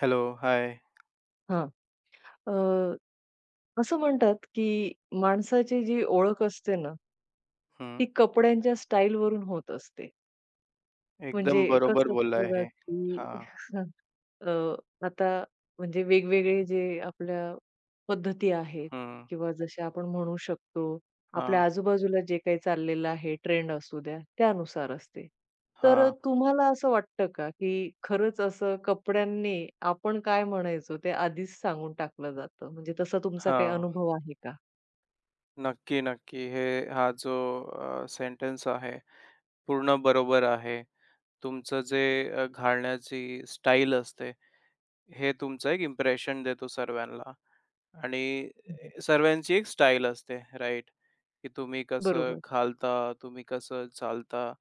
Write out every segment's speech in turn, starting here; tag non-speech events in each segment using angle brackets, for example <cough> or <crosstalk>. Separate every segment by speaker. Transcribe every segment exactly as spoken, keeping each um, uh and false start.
Speaker 1: Hello, हाय.
Speaker 2: हां. अ, असं म्हणतात, की माणसाची जी ओळख असते ना,
Speaker 1: हं.
Speaker 2: ती कपड्यांच्या स्टाईलवरून होत असते. म्हणजे
Speaker 1: एकदम बरोबर
Speaker 2: कसं
Speaker 1: बोलला
Speaker 2: असतं बघा,
Speaker 1: आहे.
Speaker 2: की
Speaker 1: हां,
Speaker 2: <laughs> अ, आता म्हणजे वेगवेगळे जे आपल्या पद्धती आहेत
Speaker 1: हं.
Speaker 2: किंवा जसे आपण म्हणू शकतो, आपल्या
Speaker 1: हां,
Speaker 2: आजूबाजूला जे काही चाललेलं आहे, ट्रेंड असू द्या, त्यानुसार असते. तर
Speaker 1: हां,
Speaker 2: तुम्हाला असं वाटतं का, की खरंच असं कपड्यांनी आपण काय म्हणायचो ते आधीच सांगून टाकलं जातं? म्हणजे तसा तुमचा काही
Speaker 1: हां.
Speaker 2: अनुभव आहे का?
Speaker 1: नक्की, नक्की. हे हा जो अ, सेंटन्स आहे, पूर्ण बरोबर आहे. तुमचं जे अ, घालण्याची स्टाईल असते, हे तुमचं एक इम्प्रेशन देतो सर्वांना. आणि
Speaker 2: हं,
Speaker 1: सर्वांची एक स्टाईल असते, राइट? की तुम्ही कसं
Speaker 2: बरोबर.
Speaker 1: घालता, तुम्ही कसं चालता.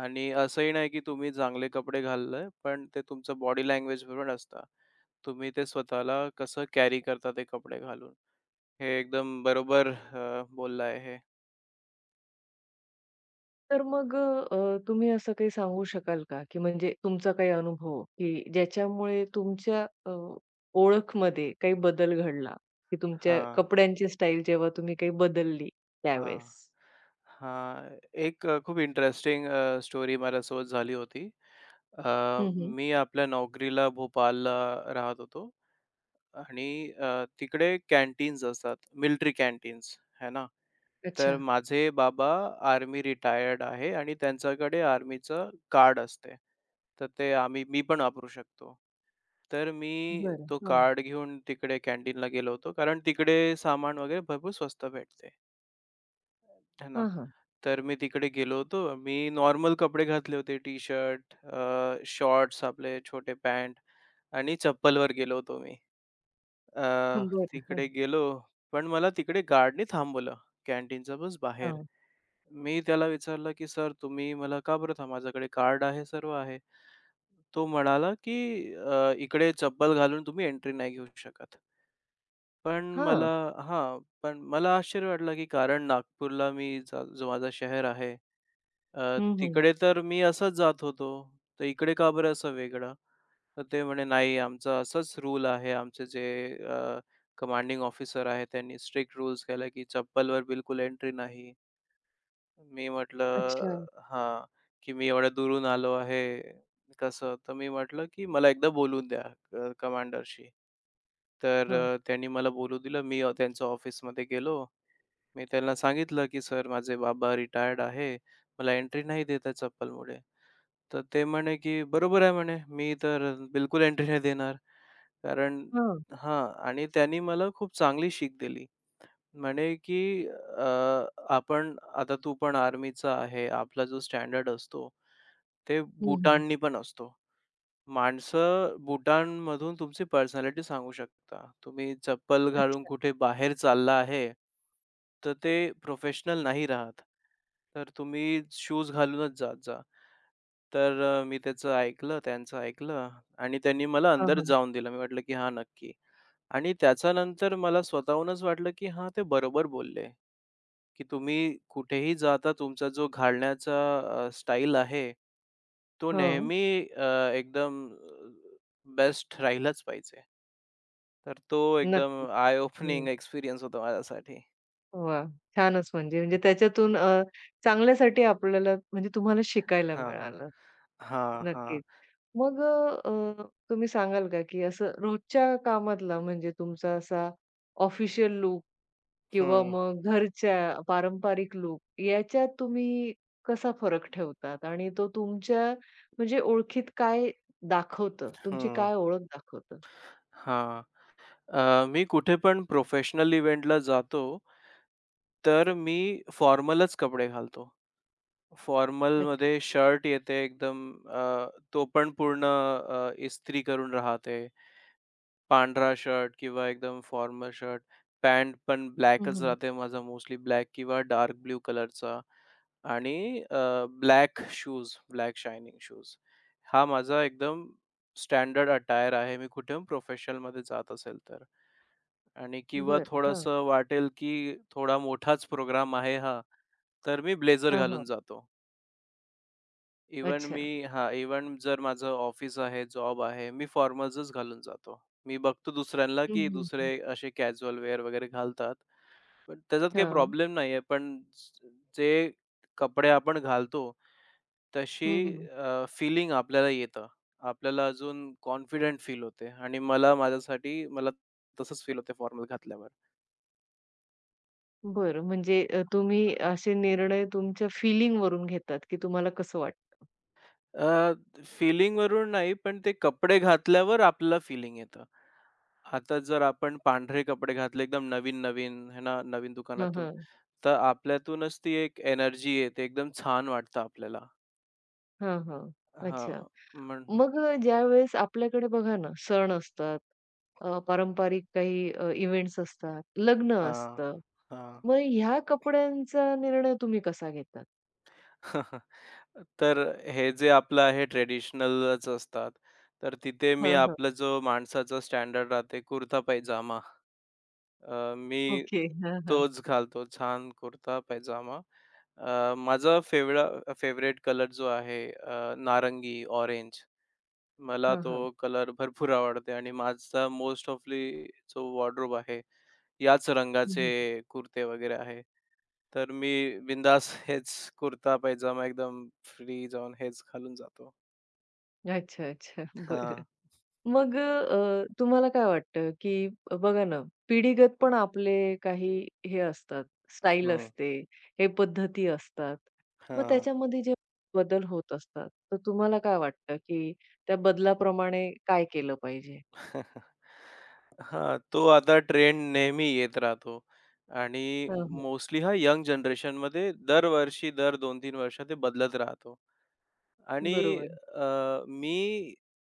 Speaker 1: आणि असंही नाही की तुम्ही चांगले कपडे घालले, पण ते तुमचं बॉडी लँग्वेजवर पण असतं. तुम्ही ते स्वतःला कसं कॅरी करता ते कपडे घालून. हे एकदम बरोबर अ, बोललं हे.
Speaker 2: तर मग अ, अ, तुम्ही असं काही सांगू शकाल का, की म्हणजे तुमचा काही अनुभव, की ज्याच्यामुळे तुमच्या अ, ओळखमध्ये काही बदल घडला, की तुमच्या
Speaker 1: हां,
Speaker 2: कपड्यांची स्टाईल जेव्हा तुम्ही काही बदलली
Speaker 1: हां.
Speaker 2: त्यावेळेस?
Speaker 1: हां, एक अ, खूप इंटरेस्टिंग स्टोरी माझ्यासोबत झाली होती. अ,
Speaker 2: हं, हं.
Speaker 1: मी आपल्या नोकरीला भोपाळला राहत होतो आणि अ, तिकडे कॅन्टीन्स असतात, मिलिटरी कॅन्टीन्स, आहे ना.
Speaker 2: अच्छा.
Speaker 1: तर माझे बाबा आर्मी रिटायर्ड आहे आणि त्यांच्याकडे आर्मीचं कार्ड असते. तर ते आम्ही मी पण वापरू शकतो. तर मी
Speaker 2: बरं.
Speaker 1: तो
Speaker 2: हां.
Speaker 1: कार्ड घेऊन तिकडे कॅन्टीनला गेलो होतो, कारण तिकडे सामान वगैरे भरपूर स्वस्त भेटते, आहे ना.
Speaker 2: हां, हां.
Speaker 1: तर मी तिकडे गेलो होतो. मी नॉर्मल कपडे घातले होते, टी-शर्ट, शॉर्ट्स आपले छोटे पॅन्ट आणि चप्पलवर गेलो होतो मी. अ,
Speaker 2: हं, बरं.
Speaker 1: तिकडे
Speaker 2: हं.
Speaker 1: गेलो, पण मला तिकडे गार्डने थांबवलं कॅन्टीनच्या बस बाहेर.
Speaker 2: हां.
Speaker 1: मी त्याला विचारलं, की "सर तुम्ही मला का बरं थांब माझ्याकडे कार्ड आहे, सर्व आहे." तो म्हणाला, की "अ, इकडे चप्पल घालून तुम्ही एंट्री नाही घेऊ शकत." पण मला
Speaker 2: हां.
Speaker 1: हां, पण मला आश्चर्य वाटलं, की कारण नागपूरला मी जा जो माझं शहर आहे अ,
Speaker 2: हं, हं.
Speaker 1: तिकडे तर मी असाच जात होतो, तर इकडे का बरं असा वेगळा? तर ते म्हणे, "नाही, आमचा असाच रूल आहे. आमचे जे कमांडिंग ऑफिसर आहे, त्यांनी स्ट्रिक्ट रूल्स केला, की चप्पलवर बिलकुल एंट्री नाही." मी
Speaker 2: अच्छा.
Speaker 1: म्हटलं, "हां, की मी एवढ्या दुरून आलो आहे, कसं?" तर मी म्हटलं, की "मला एकदा बोलून द्या कमांडरशी." तर
Speaker 2: हां.
Speaker 1: अ, त्यांनी मला बोलू दिलं. मी अ, त्यांच्या ऑफिसमध्ये गेलो. मी त्याला सांगितलं, की "सर माझे बाबा रिटायर्ड आहे. मला एंट्री नाही देत आहे चप्पलमुळे." तर ते म्हणे, की "बरोबर आहे," म्हणे, "मी तर बिलकुल एंट्री नाही देणार." कारण
Speaker 2: हां.
Speaker 1: हां आणि त्यांनी मला खूप चांगली शिक दिली. म्हणे, की अ, आपण आता तू पण आर्मीचा आहे. आपला जो स्टँडर्ड असतो, ते
Speaker 2: हं, हं.
Speaker 1: बुटांनी पण असतो. माणसं बुटांमधून तुमची पर्सनॅलिटी सांगू शकता. तुम्ही चप्पल घालून
Speaker 2: अच्छा.
Speaker 1: कुठे बाहेर चालला आहे, तर ते प्रोफेशनल नाही राहत. तर तुम्ही शूज घालूनच जात जा. तर अ, मी त्याचं ऐकलं, त्यांचं ऐकलं आणि त्यांनी मला
Speaker 2: हां,
Speaker 1: अंदर
Speaker 2: हां.
Speaker 1: जाऊन दिलं. मी म्हटलं, की "हां, नक्की." आणि त्याच्यानंतर मला स्वतःहूनच वाटलं, की हां, ते बरोबर बोलले. की तुम्ही कुठेही जाता तुमचा जो घालण्याचा अ, स्टाईल आहे, तो
Speaker 2: हां.
Speaker 1: नेहमी अ, एकदम बेस्ट राहिलाच पाहिजे. तर तो एकदम
Speaker 2: नक्कीच.
Speaker 1: आय
Speaker 2: हं.
Speaker 1: ओपनिंग एक्सपिरियन्स होता माझ्यासाठी.
Speaker 2: वाह! छानच म्हणजे, म्हणजे त्याच्यातून अ, चांगल्यासाठी आपल्याला म्हणजे तुम्हाला शिकायला
Speaker 1: हां.
Speaker 2: मिळालं.
Speaker 1: हां, हां.
Speaker 2: नक्कीच. मग अ, अ, तुम्ही सांगाल का, की असं रोजच्या कामातला म्हणजे तुमचा असा ऑफिशियल लूक किंवा
Speaker 1: हं,
Speaker 2: मग घरच्या पारंपरिक लूक याच्यात तुम्ही कसा फरक ठेवतात आणि तो तुमच्या म्हणजे ओळखीत काय दाखवतं? तुमची
Speaker 1: हं.
Speaker 2: काय ओळख दाखवतं?
Speaker 1: हां. अ, मी कुठे पण प्रोफेशनल इव्हेंटला जातो, तर मी फॉर्मलच कपडे घालतो.
Speaker 2: अच्छा.
Speaker 1: फॉर्मलमध्ये शर्ट येते एकदम अ, तो पण पूर्ण अ, इस्त्री करून राहते. पांढरा शर्ट किंवा एकदम फॉर्मल शर्ट, पॅन्ट पण
Speaker 2: हं,
Speaker 1: ब्लॅकच
Speaker 2: हं.
Speaker 1: राहते माझा मोस्टली ब्लॅक किंवा डार्क ब्ल्यू कलरचा आणि अ, black shoes, black shining shoes. हा माझा एकदम स्टँडर्ड अटायर आहे. मी कुठे पण प्रोफेशनलमध्ये जात असेल तर आणि किंवा
Speaker 2: बरं. हां.
Speaker 1: थोडंसं वाटेल, की थोडा मोठाच प्रोग्राम आहे हा, तर मी ब्लेझर
Speaker 2: हां, हां.
Speaker 1: घालून जातो. इव्हन
Speaker 2: अच्छा.
Speaker 1: मी हां, इव्हन जर माझं ऑफिस आहे, जॉब आहे, मी फॉर्मल्सच घालून जातो. मी बघतो दुसऱ्यांना,
Speaker 2: हं,
Speaker 1: की
Speaker 2: हं, हं.
Speaker 1: दुसरे असे कॅज्युअल वेअर वगैरे घालतात. पण त्याच्यात काही
Speaker 2: हां.
Speaker 1: प्रॉब्लेम नाही आहे. पण ज जे कपडे आपण घालतो, तशी
Speaker 2: हं, हं.
Speaker 1: अ, फीलिंग आपल्याला येतं. आपल्याला अजून कॉन्फिडंट फील होते आणि मला माझ्यासाठी मला तसंच फील होते फॉर्मल घातल्यावर.
Speaker 2: बरं. म्हणजे अ, तुम्ही असे निर्णय तुमच्या फीलिंगवरून घेतात, की तुम्हाला कसं वाटतं?
Speaker 1: अ, फीलिंगवरून नाही, पण ते कपडे घातल्यावर आपल्याला फीलिंग येतं. आता जर आपण पांढरे कपडे घातले एकदम नवीन-नवीन आहे ना, नवीन
Speaker 2: हां,
Speaker 1: दुकानातून,
Speaker 2: हां.
Speaker 1: तर आपल्यातूनच ती एक एनर्जी येते. एकदम छान वाटतं आपल्याला.
Speaker 2: हां, हां. अच्छा.
Speaker 1: हां, म्हण
Speaker 2: मग अ, ज्यावेळेस आपल्याकडे बघा ना सण असतात, अ, पारंपरिक काही अ, इव्हेंट्स असतात, लग्न
Speaker 1: हां,
Speaker 2: असतं.
Speaker 1: हां.
Speaker 2: मग ह्या कपड्यांचा निर्णय तुम्ही कसा घेतात?
Speaker 1: <laughs> तर हे जे आपलं आहे ट्रेडिशनलच असतात. तर तिथे मी
Speaker 2: हां, हां.
Speaker 1: आपला जो माणसाचा स्टँडर्ड राहते कुर्ता पैजामा. अ, मी
Speaker 2: ओके. हां, हां.
Speaker 1: तोच घालतो छान कुर्ता पैजामा. अ, माझा फेवरा फेव्हरेट कलर जो आहे अ, नारंगी, ऑरेंज. मला
Speaker 2: हां,
Speaker 1: तो
Speaker 2: हां.
Speaker 1: कलर भरपूर आवडते आणि माझा मोस्ट ऑफली जो वॉर्डरोब आहे, याच
Speaker 2: हं,
Speaker 1: रंगाचे
Speaker 2: हं.
Speaker 1: कुर्ते वगैरे तर मी बिंदास हेच कुर्ता पैजामा एकदम फ्री जाऊन हेच घालून जातो.
Speaker 2: अच्छा, अच्छा. बरं.
Speaker 1: हां.
Speaker 2: मग अ, तुम्हाला काय वाटतं, की बघा ना, पिढीगत पण आपले काही हे असतात, स्टाईल
Speaker 1: हं.
Speaker 2: असते, हे पद्धती असतात. मग
Speaker 1: हां.
Speaker 2: त्याच्यामध्ये जे बदल होत असतात, तर तुम्हाला काय वाटतं, की त्या बदलाप्रमाणे काय केलं पाहिजे?
Speaker 1: <laughs> हां, तो आता ट्रेंड नेहमी येत राहतो आणि
Speaker 2: हां, हां.
Speaker 1: मोस्टली हा यंग जनरेशनमध्ये दरवर्षी दर दोन तीन वर्ष ते बदलत राहतो आणि
Speaker 2: बरोबर.
Speaker 1: अ, मी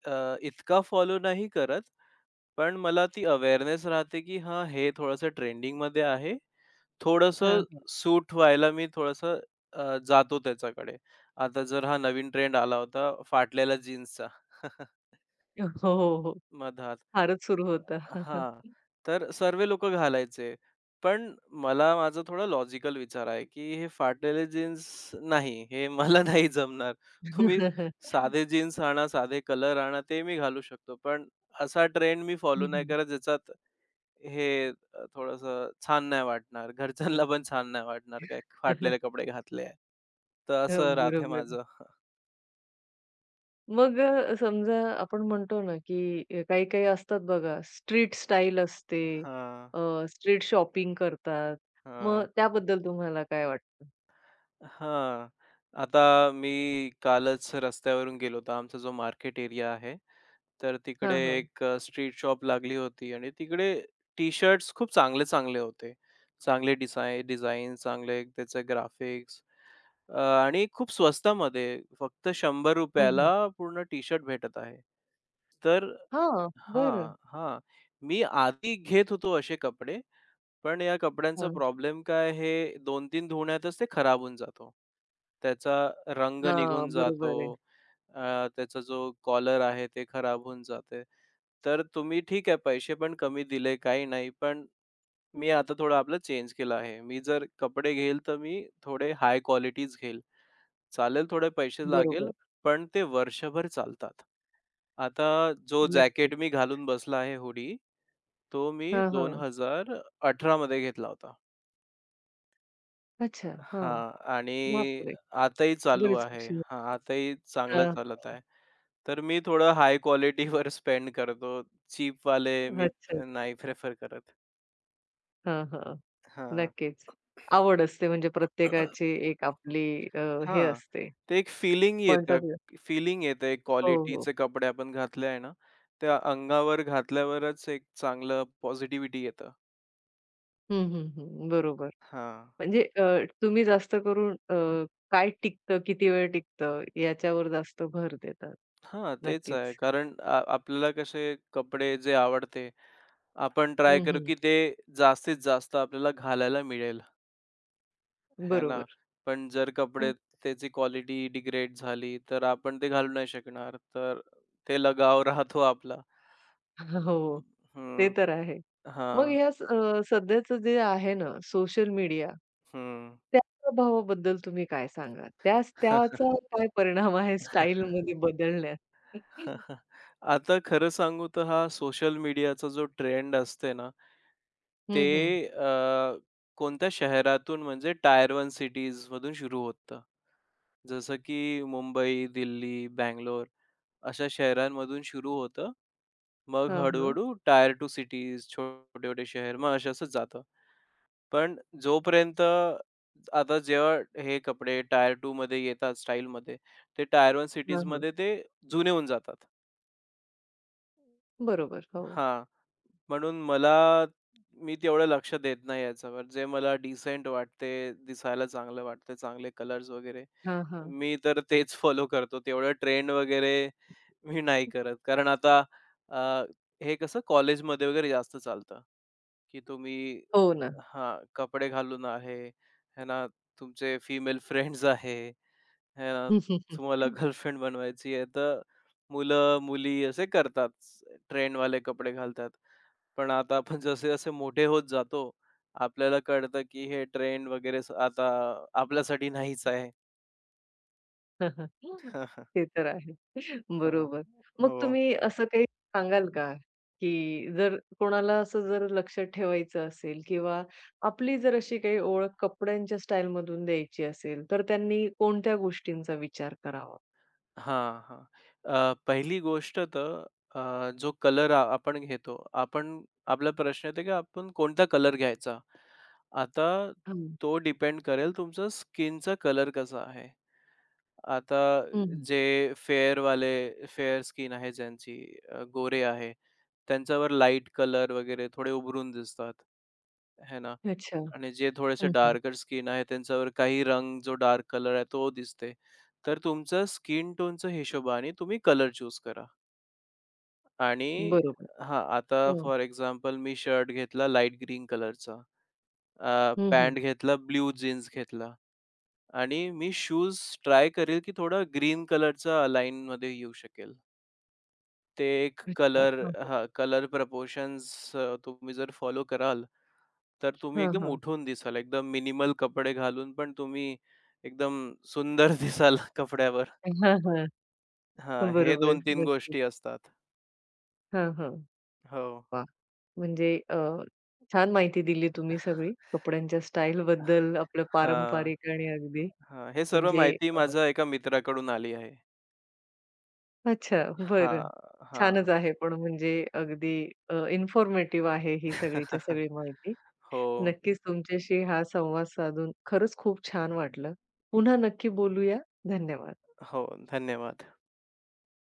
Speaker 1: अ, इतका फॉलो नाही करत, पण मला ती अवेअरनेस राहते की हां, हे थोडंसं ट्रेंडिंगमध्ये आहे
Speaker 2: हां,
Speaker 1: थोडंसं
Speaker 2: हां.
Speaker 1: सूट व्हायला मी थोडंसं अ, जातो त्याच्याकडे. आता जर हा नवीन ट्रेंड आला होता फाटलेल्या जीन्सचा. <laughs>
Speaker 2: हो, हो, हो.
Speaker 1: मधात.
Speaker 2: फारच सुरू होता.
Speaker 1: हां, तर सर्व लोकं घालायचे. पण मला माझा थोडा लॉजिकल विचार आहे, की हे फाटलेले जीन्स नाही, हे मला <laughs> नाही जमणार. तुम्ही
Speaker 2: <laughs>
Speaker 1: साधे जीन्स आणा, साधे कलर आणा, ते मी घालू शकतो. पण असा ट्रेंड मी फॉलो
Speaker 2: हं,
Speaker 1: नाही
Speaker 2: हं.
Speaker 1: करत ज्याच्यात हे अ, छान नाही वाटणार. घरच्यांना पण छान नाही वाटणार, काय फाटलेले कपडे घातले आहे. तर
Speaker 2: हो,
Speaker 1: असं राहते
Speaker 2: बरोबर.
Speaker 1: माझं.
Speaker 2: मग अ, समजा आपण म्हणतो ना, की अ, काही-काही असतात बघा, स्ट्रीट स्टाईल असते,
Speaker 1: हां,
Speaker 2: अ, स्ट्रीट शॉपिंग करतात. मग
Speaker 1: हां.
Speaker 2: त्याबद्दल तुम्हाला काय वाटतं?
Speaker 1: हां. आता मी कालच रस्त्यावरून गेलो होतो. आमचा जो मार्केट एरिया आहे, तर तिकडे
Speaker 2: हां, हां.
Speaker 1: एक अ, स्ट्रीट शॉप लागली होती आणि तिकडे टी-शर्ट्स खूप चांगले-चांगले होते. चांगले डिझाई डिझाइन, चांगले त्याचे ग्राफिक्स. अ, आणि खूप स्वस्तामध्ये फक्त
Speaker 2: हं,
Speaker 1: ₹शंभर रुपये ला
Speaker 2: हं.
Speaker 1: पूर्ण टी-शर्ट भेटत आहे. तर
Speaker 2: हां, बरं.
Speaker 1: हां, हां. मी आधी घेत होतो असे कपडे पण या कपड्यांचा
Speaker 2: हां.
Speaker 1: प्रॉब्लेम काय हे दोन तीन धुण्यातच ते खराब होऊन जातो. त्याचा रंग
Speaker 2: हां,
Speaker 1: निघून
Speaker 2: बरोबर
Speaker 1: जातो.
Speaker 2: आहे.
Speaker 1: अ, त्याचा जो कॉलर आहे ते खराब होऊन जाते. तर तुम्ही ठीक आहे पैसे पण कमी दिले काही नाही. पण मी आता थोडं आपलं चेंज केलं आहे. मी जर कपडे घेईल तर मी थोडे हाय क्वालिटीज घेईल. चालेल थोडे पैसे लागेल,
Speaker 2: बरोबर.
Speaker 1: पण ते वर्षभर चालतात. आता जो
Speaker 2: नक्की.
Speaker 1: जॅकेट मी घालून बसला आहे हुडी, तो मी
Speaker 2: हां, हां.
Speaker 1: दोन हजार अठरा मध्ये घेतला होता.
Speaker 2: अच्छा. हां.
Speaker 1: हां. आणि
Speaker 2: बापरे!
Speaker 1: आताही चालू
Speaker 2: बरीच
Speaker 1: आहे.
Speaker 2: वर्षे.
Speaker 1: हां, आताही
Speaker 2: हां,
Speaker 1: चांगलं चालत
Speaker 2: हां.
Speaker 1: आहे. तर मी थोडं हाय क्वालिटीवर स्पेंड करतो. चीप वाले मी
Speaker 2: अच्छा.
Speaker 1: प- नाही प्रिफर करत.
Speaker 2: हां, हां.
Speaker 1: हां.
Speaker 2: नक्कीच. आवड असते म्हणजे प्रत्येकाची एक
Speaker 1: हां.
Speaker 2: आपली
Speaker 1: <clears throat>
Speaker 2: अ, हे असते,
Speaker 1: ते एक फीलिंग
Speaker 2: पॉइंट
Speaker 1: येतं.
Speaker 2: Of view.
Speaker 1: फीलिंग येतं एक
Speaker 2: हो, हो.
Speaker 1: क्वालिटीचे कपडे आपण घातले आहे ना, त्या अंगावर घातल्यावरच एक चांगलं पॉझिटिव्हिटी येतं.
Speaker 2: हं, हं, हं. बरोबर.
Speaker 1: हां.
Speaker 2: म्हणजे अ, तुम्ही जास्त करून अ, काय टिकतं, किती वेळ टिकतं याच्यावर जास्त भर देतात.
Speaker 1: हां, तेच आहे.
Speaker 2: नक्कीच.
Speaker 1: कारण आ आपल्याला कसे कपडे जे आवडते आपण ट्राय
Speaker 2: हं,
Speaker 1: करू,
Speaker 2: हं.
Speaker 1: की ते जास्तीत जास्त आपल्याला घालायला मिळेल, है ना?
Speaker 2: बरोबर.
Speaker 1: पण जर
Speaker 2: हं.
Speaker 1: कपडे त्याची क्वालिटी डिग्रेड झाली, तर आपण ते घालू नाही शकणार. तर ते लगाव <laughs> राहतो आपला.
Speaker 2: <laughs> हो, ते
Speaker 1: हं,
Speaker 2: तर आहे. मग
Speaker 1: हां,
Speaker 2: ह्या स अ, सध्याचं जे आहे ना सोशल मीडिया,
Speaker 1: हं.
Speaker 2: त्या प्रभावाबद्दल तुम्ही काय सांगाल? त्यास
Speaker 1: <laughs>
Speaker 2: त्याचा काय परिणाम आहे स्टाईलमध्ये बदलण्यात?
Speaker 1: <laughs> आता खरं सांगू तर हा सोशल मीडियाचा जो ट्रेंड असते ना, ते
Speaker 2: हं, हं.
Speaker 1: अ, कोणत्या शहरातून म्हणजे टायर वन सिटीज मधून सुरू होतं. जसं की मुंबई, दिल्ली, बंगलोर अशा शहरांमधून सुरू होतं. मग
Speaker 2: हां, हां.
Speaker 1: हळू-हळू टायर टू सिटीज, छोटे-छोटे शहर मग असं असंच जातं. पण जोपर्यंत आता जेव्हा हे कपडे टायर टू मध्ये येतात स्टाईलमध्ये, ते टायर वन
Speaker 2: हां, हां.
Speaker 1: सिटीजमध्ये ते जुने होऊन जातात.
Speaker 2: बरोबर. हो.
Speaker 1: हां, म्हणून मला मी तेवढं लक्ष देत नाही याच्यावर. जे मला डिसेंट वाटते, दिसायला चांगलं वाटतं, चांगले कलर्स वगैरे,
Speaker 2: हां, हां.
Speaker 1: मी तर तेच फॉलो करतो. तेवढं ट्रेंड वगैरे मी नाही करत. कारण आता अ, हे कसं कॉलेजमध्ये वगैरे जास्त चालतं, की तुम्ही
Speaker 2: हो ना.
Speaker 1: हां, कपडे घालून आहे, है ना, तुमचे फिमेल फ्रेंड्स आहे. हे ना, तुम्हाला
Speaker 2: <laughs>
Speaker 1: गर्लफ्रेंड बनवायची आहे, तर मुलं-मुली असे करतात. ट्रेंडवाले कपडे घालतात. पण आता आपण जसे-जसे मोठे होत जातो, आपल्याला कळतं की हे ट्रेंड वगैरे स- आता आपल्यासाठी नाहीच आहे.
Speaker 2: <laughs> ते
Speaker 1: <laughs>
Speaker 2: तर आहे.
Speaker 1: हो.
Speaker 2: बरोबर. मग
Speaker 1: हो.
Speaker 2: तुम्ही असं काही सांगाल का, की जर कोणाला असं जर लक्षात ठेवायचं असेल किंवा आपली जर अशी काही ओळख कपड्यांच्या स्टाईलमधून द्यायची असेल, तर त्यांनी कोणत्या गोष्टींचा विचार करावा?
Speaker 1: हां, हां. अ, पहिली गोष्ट तर अ, जो कलर आ आपण घेतो, आपण आपला प्रश्न येतो की आपण कोणता कलर घ्यायचा? आता
Speaker 2: हो.
Speaker 1: तो डिपेंड करेल तुमचा स्किनचा कलर कसा आहे. आता
Speaker 2: हं, हम्म.
Speaker 1: जे फेअरवाले फेअर स्किन आहे ज्यांची अ, गोरे आहे, त्यांच्यावर लाईट कलर वगैरे थोडे उभरून दिसतात, है ना?
Speaker 2: अच्छा.
Speaker 1: आणि जे थोडेसे
Speaker 2: हम्म.
Speaker 1: डार्कर स्किन आहे त्यांच्यावर काही रंग जो डार्क कलर आहे तो दिसते. तर तुमचं स्किन टोनच्या हिशोबाने तुम्ही कलर चूज करा आणि
Speaker 2: बरोबर.
Speaker 1: हां, आता
Speaker 2: हं.
Speaker 1: फॉर एक्झाम्पल मी शर्ट घेतला लाईट ग्रीन कलरचा,
Speaker 2: हम्म.
Speaker 1: पॅन्ट घेतला, ब्लू जीन्स घेतला. आणि मी शूज ट्राय करेल, की थोडा ग्रीन कलरचा अलाइनमध्ये येऊ शकेल. ते एक
Speaker 2: अच्छा.
Speaker 1: कलर
Speaker 2: हं,
Speaker 1: हां, कलर प्रपोर्शन्स तुम्ही जर फॉलो कराल, तर तुम्ही
Speaker 2: बरोबर. हं. हं, अच्छा.
Speaker 1: एकदम
Speaker 2: हां, हां. हां, हां.
Speaker 1: उठून दिसाल. एकदम मिनिमल कपडे घालून पण तुम्ही एकदम सुंदर <laughs> दिसाल कपड्यावर.
Speaker 2: हां, हां.
Speaker 1: हां, हे
Speaker 2: बरोबर.
Speaker 1: दोन तीन
Speaker 2: नक्कीच.
Speaker 1: गोष्टी असतात.
Speaker 2: हां, हां.
Speaker 1: हो.
Speaker 2: वाह! म्हणजे अ, छान माहिती दिली तुम्ही सगळी कपड्यांच्या स्टाईलबद्दल, आपलं
Speaker 1: हां,
Speaker 2: पारंपरिक आणि अगदी
Speaker 1: हां. हे सर्व
Speaker 2: म्हणजे
Speaker 1: माहिती
Speaker 2: अ,
Speaker 1: माझ्या एका मित्राकडून आली आहे.
Speaker 2: अच्छा, बरं.
Speaker 1: हां, हां.
Speaker 2: छानच आहे पण म्हणजे अगदी अ, इन्फॉर्मेटिव्ह आहे ही सगळीच्या
Speaker 1: <laughs>
Speaker 2: सगळी माहिती.
Speaker 1: हो.
Speaker 2: नक्कीच तुमच्याशी हा संवाद साधून खरंच खूप छान वाटलं. पुन्हा नक्की बोलूया. धन्यवाद.
Speaker 1: हो, धन्यवाद.